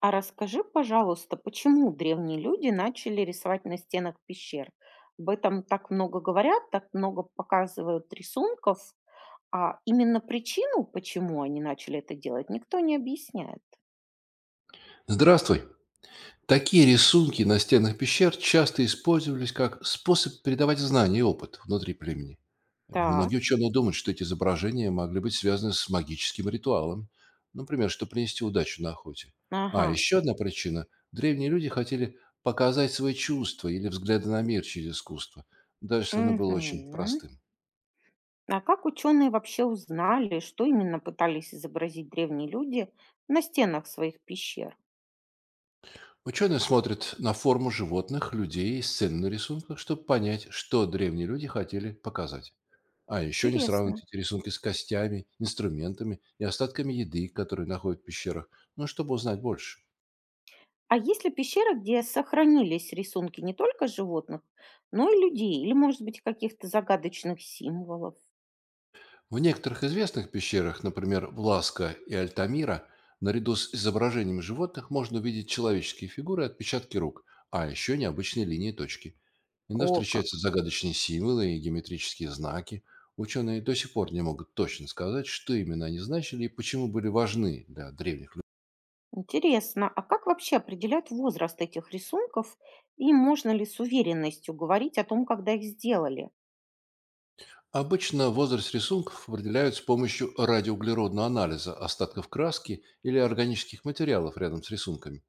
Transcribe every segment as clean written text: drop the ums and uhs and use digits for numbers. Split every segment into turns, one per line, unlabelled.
А расскажи, пожалуйста, почему древние люди начали рисовать на стенах пещер? Об этом так много говорят, так много показывают рисунков, а именно причину, почему они начали это делать, никто не объясняет.
Здравствуй. Такие рисунки на стенах пещер часто использовались как способ передавать знания и опыт внутри племени.
Так,
Многие ученые думают, что эти изображения могли быть связаны с магическим ритуалом, например, что принести удачу на охоте. А
ага.
еще одна причина – древние люди хотели показать свои чувства или взгляды на мир через искусство, даже если оно было очень
Мгм.
простым.
А как ученые вообще узнали, что именно пытались изобразить древние люди на стенах своих пещер?
Ученые смотрят на форму животных, людей и сцены на рисунках, чтобы понять, что древние люди хотели показать. А еще не сравнивают
Интересно.
эти рисунки с костями, инструментами и остатками еды, которые находят в пещерах, ну, чтобы узнать больше.
А есть ли пещера, где сохранились рисунки не только животных, но и людей? Или, может быть, каких-то загадочных символов?
В некоторых известных пещерах, например, Власка и Альтамира, наряду с изображениями животных можно увидеть человеческие фигуры и отпечатки рук, а еще необычные линии и точки. Иногда
О, как!
встречаются загадочные символы и геометрические знаки. Ученые до сих пор не могут точно сказать, что именно они значили и почему были важны для древних людей.
Интересно, а как вообще определяют возраст этих рисунков? И можно ли с уверенностью говорить о том, когда их сделали?
Обычно возраст рисунков определяют с помощью радиоуглеродного анализа остатков краски или органических материалов рядом с рисунками.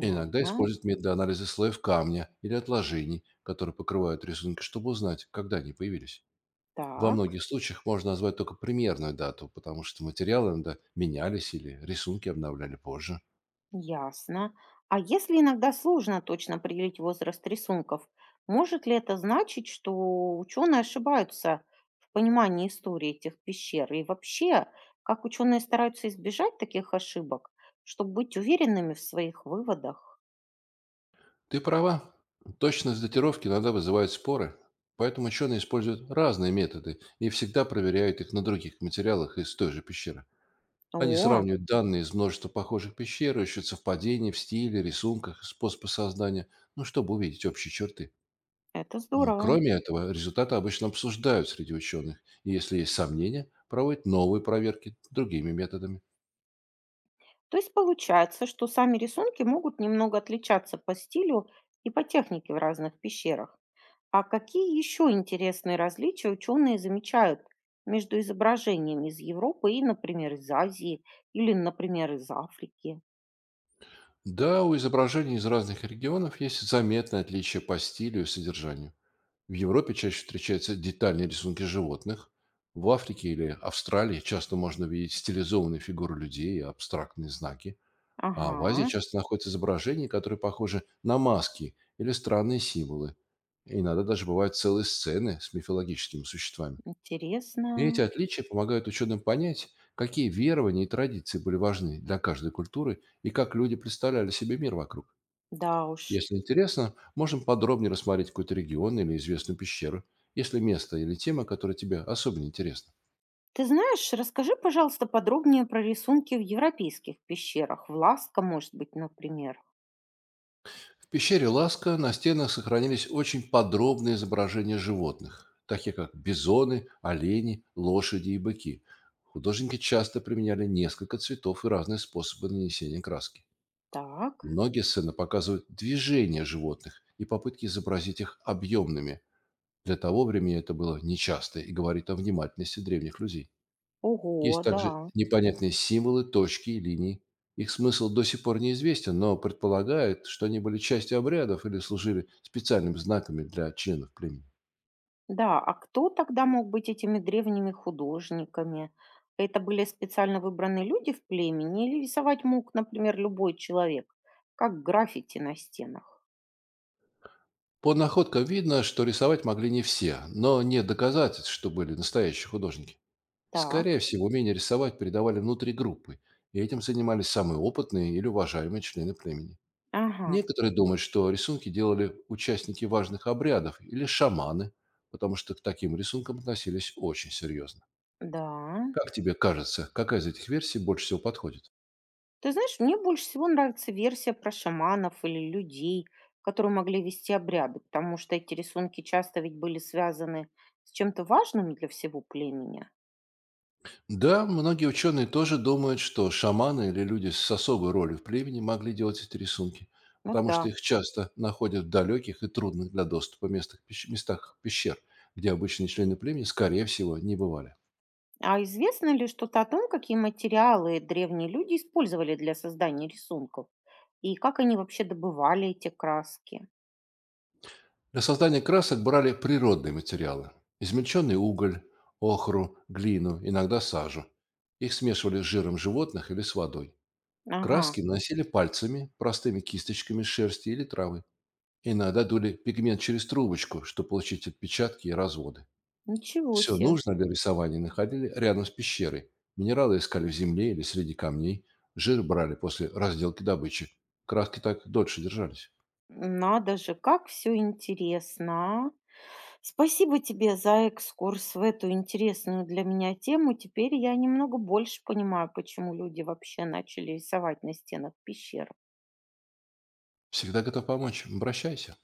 Иногда используют методы анализа слоев камня или отложений, которые покрывают рисунки, чтобы узнать, когда они появились. Во
Так.
многих случаях можно назвать только примерную дату, потому что материалы иногда менялись или рисунки обновляли позже.
Ясно. А если иногда сложно точно определить возраст рисунков, может ли это значить, что ученые ошибаются в понимании истории этих пещер? И вообще, как ученые стараются избежать таких ошибок, чтобы быть уверенными в своих выводах?
Ты права. Точность датировки иногда вызывает споры, поэтому ученые используют разные методы и всегда проверяют их на других материалах из той же пещеры. Они
О,
сравнивают данные из множества похожих пещер, ищут совпадения в стиле, рисунках, способах создания, ну, чтобы увидеть общие черты.
это здорово.
Кроме этого, результаты обычно обсуждают среди ученых, и если есть сомнения, проводят новые проверки другими методами.
То есть получается, что сами рисунки могут немного отличаться по стилю и по технике в разных пещерах. А какие еще интересные различия ученые замечают между изображениями из Европы и, например, из Азии или, например, из Африки?
Да, у изображений из разных регионов есть заметное отличие по стилю и содержанию. В Европе чаще встречаются детальные рисунки животных, в Африке или Австралии часто можно видеть стилизованные фигуры людей и абстрактные знаки. А в Азии
Ага,
часто находятся изображения, которые похожи на маски или странные символы. Иногда даже бывают целые сцены с мифологическими существами. И эти
интересно.
отличия помогают ученым понять, какие верования и традиции были важны для каждой культуры и как люди представляли себе мир вокруг.
Да уж.
Если интересно, можем подробнее рассмотреть какой-то регион или известную пещеру, если место или тема, которая тебе особенно интересна.
Ты знаешь, расскажи, пожалуйста, подробнее про рисунки в европейских пещерах. В Ласко, может быть, например.
В пещере Ласка на стенах сохранились очень подробные изображения животных, такие как бизоны, олени, лошади и быки. Художники часто применяли несколько цветов и разные способы нанесения краски.
Так.
Многие сцены показывают движение животных и попытки изобразить их объемными. Для того времени это было нечасто и говорит о внимательности древних людей.
Ого,
Есть также
да.
непонятные символы, точки и линии. Их смысл до сих пор неизвестен, но предполагают, что они были частью обрядов или служили специальными знаками для членов племени.
Да, а кто тогда мог быть этими древними художниками? Это были специально выбранные люди в племени или рисовать мог, например, любой человек, как граффити на стенах?
По находкам видно, что рисовать могли не все, но нет доказательств, что были настоящие художники. Скорее
Так,
всего, умение рисовать передавали внутри группы, и этим занимались самые опытные или уважаемые члены племени.
ага,
Некоторые думают, что рисунки делали участники важных обрядов или шаманы, потому что к таким рисункам относились очень серьезно.
да.
Как тебе кажется, какая из этих версий больше всего подходит?
Ты знаешь, мне больше всего нравится версия про шаманов или людей, которые могли вести обряды, потому что эти рисунки часто ведь были связаны с чем-то важным для всего племени.
Да, многие ученые тоже думают, что шаманы или люди с особой ролью в племени могли делать эти рисунки,
Ну
потому что
да.
их часто находят в далеких и трудных для доступа местах, местах пещер, где обычные члены племени, скорее всего, не бывали.
А известно ли что-то о том, какие материалы древние люди использовали для создания рисунков? И как они вообще добывали эти краски?
Для создания красок брали природные материалы – измельченный уголь, охру, глину, иногда сажу. Их смешивали с жиром животных или с водой.
Ага,
Краски наносили пальцами, простыми кисточками из шерсти или травы. Иногда дули пигмент через трубочку, чтобы получить отпечатки и разводы.
ничего
Все
себе.
нужно для рисования находили рядом с пещерой. Минералы искали в земле или среди камней. Жир брали после разделки добычи. Краски так дольше держались.
Надо же, как все интересно. Спасибо тебе за экскурс в эту интересную для меня тему. Теперь я немного больше понимаю, почему люди вообще начали рисовать на стенах пещер.
Всегда готов помочь. Обращайся.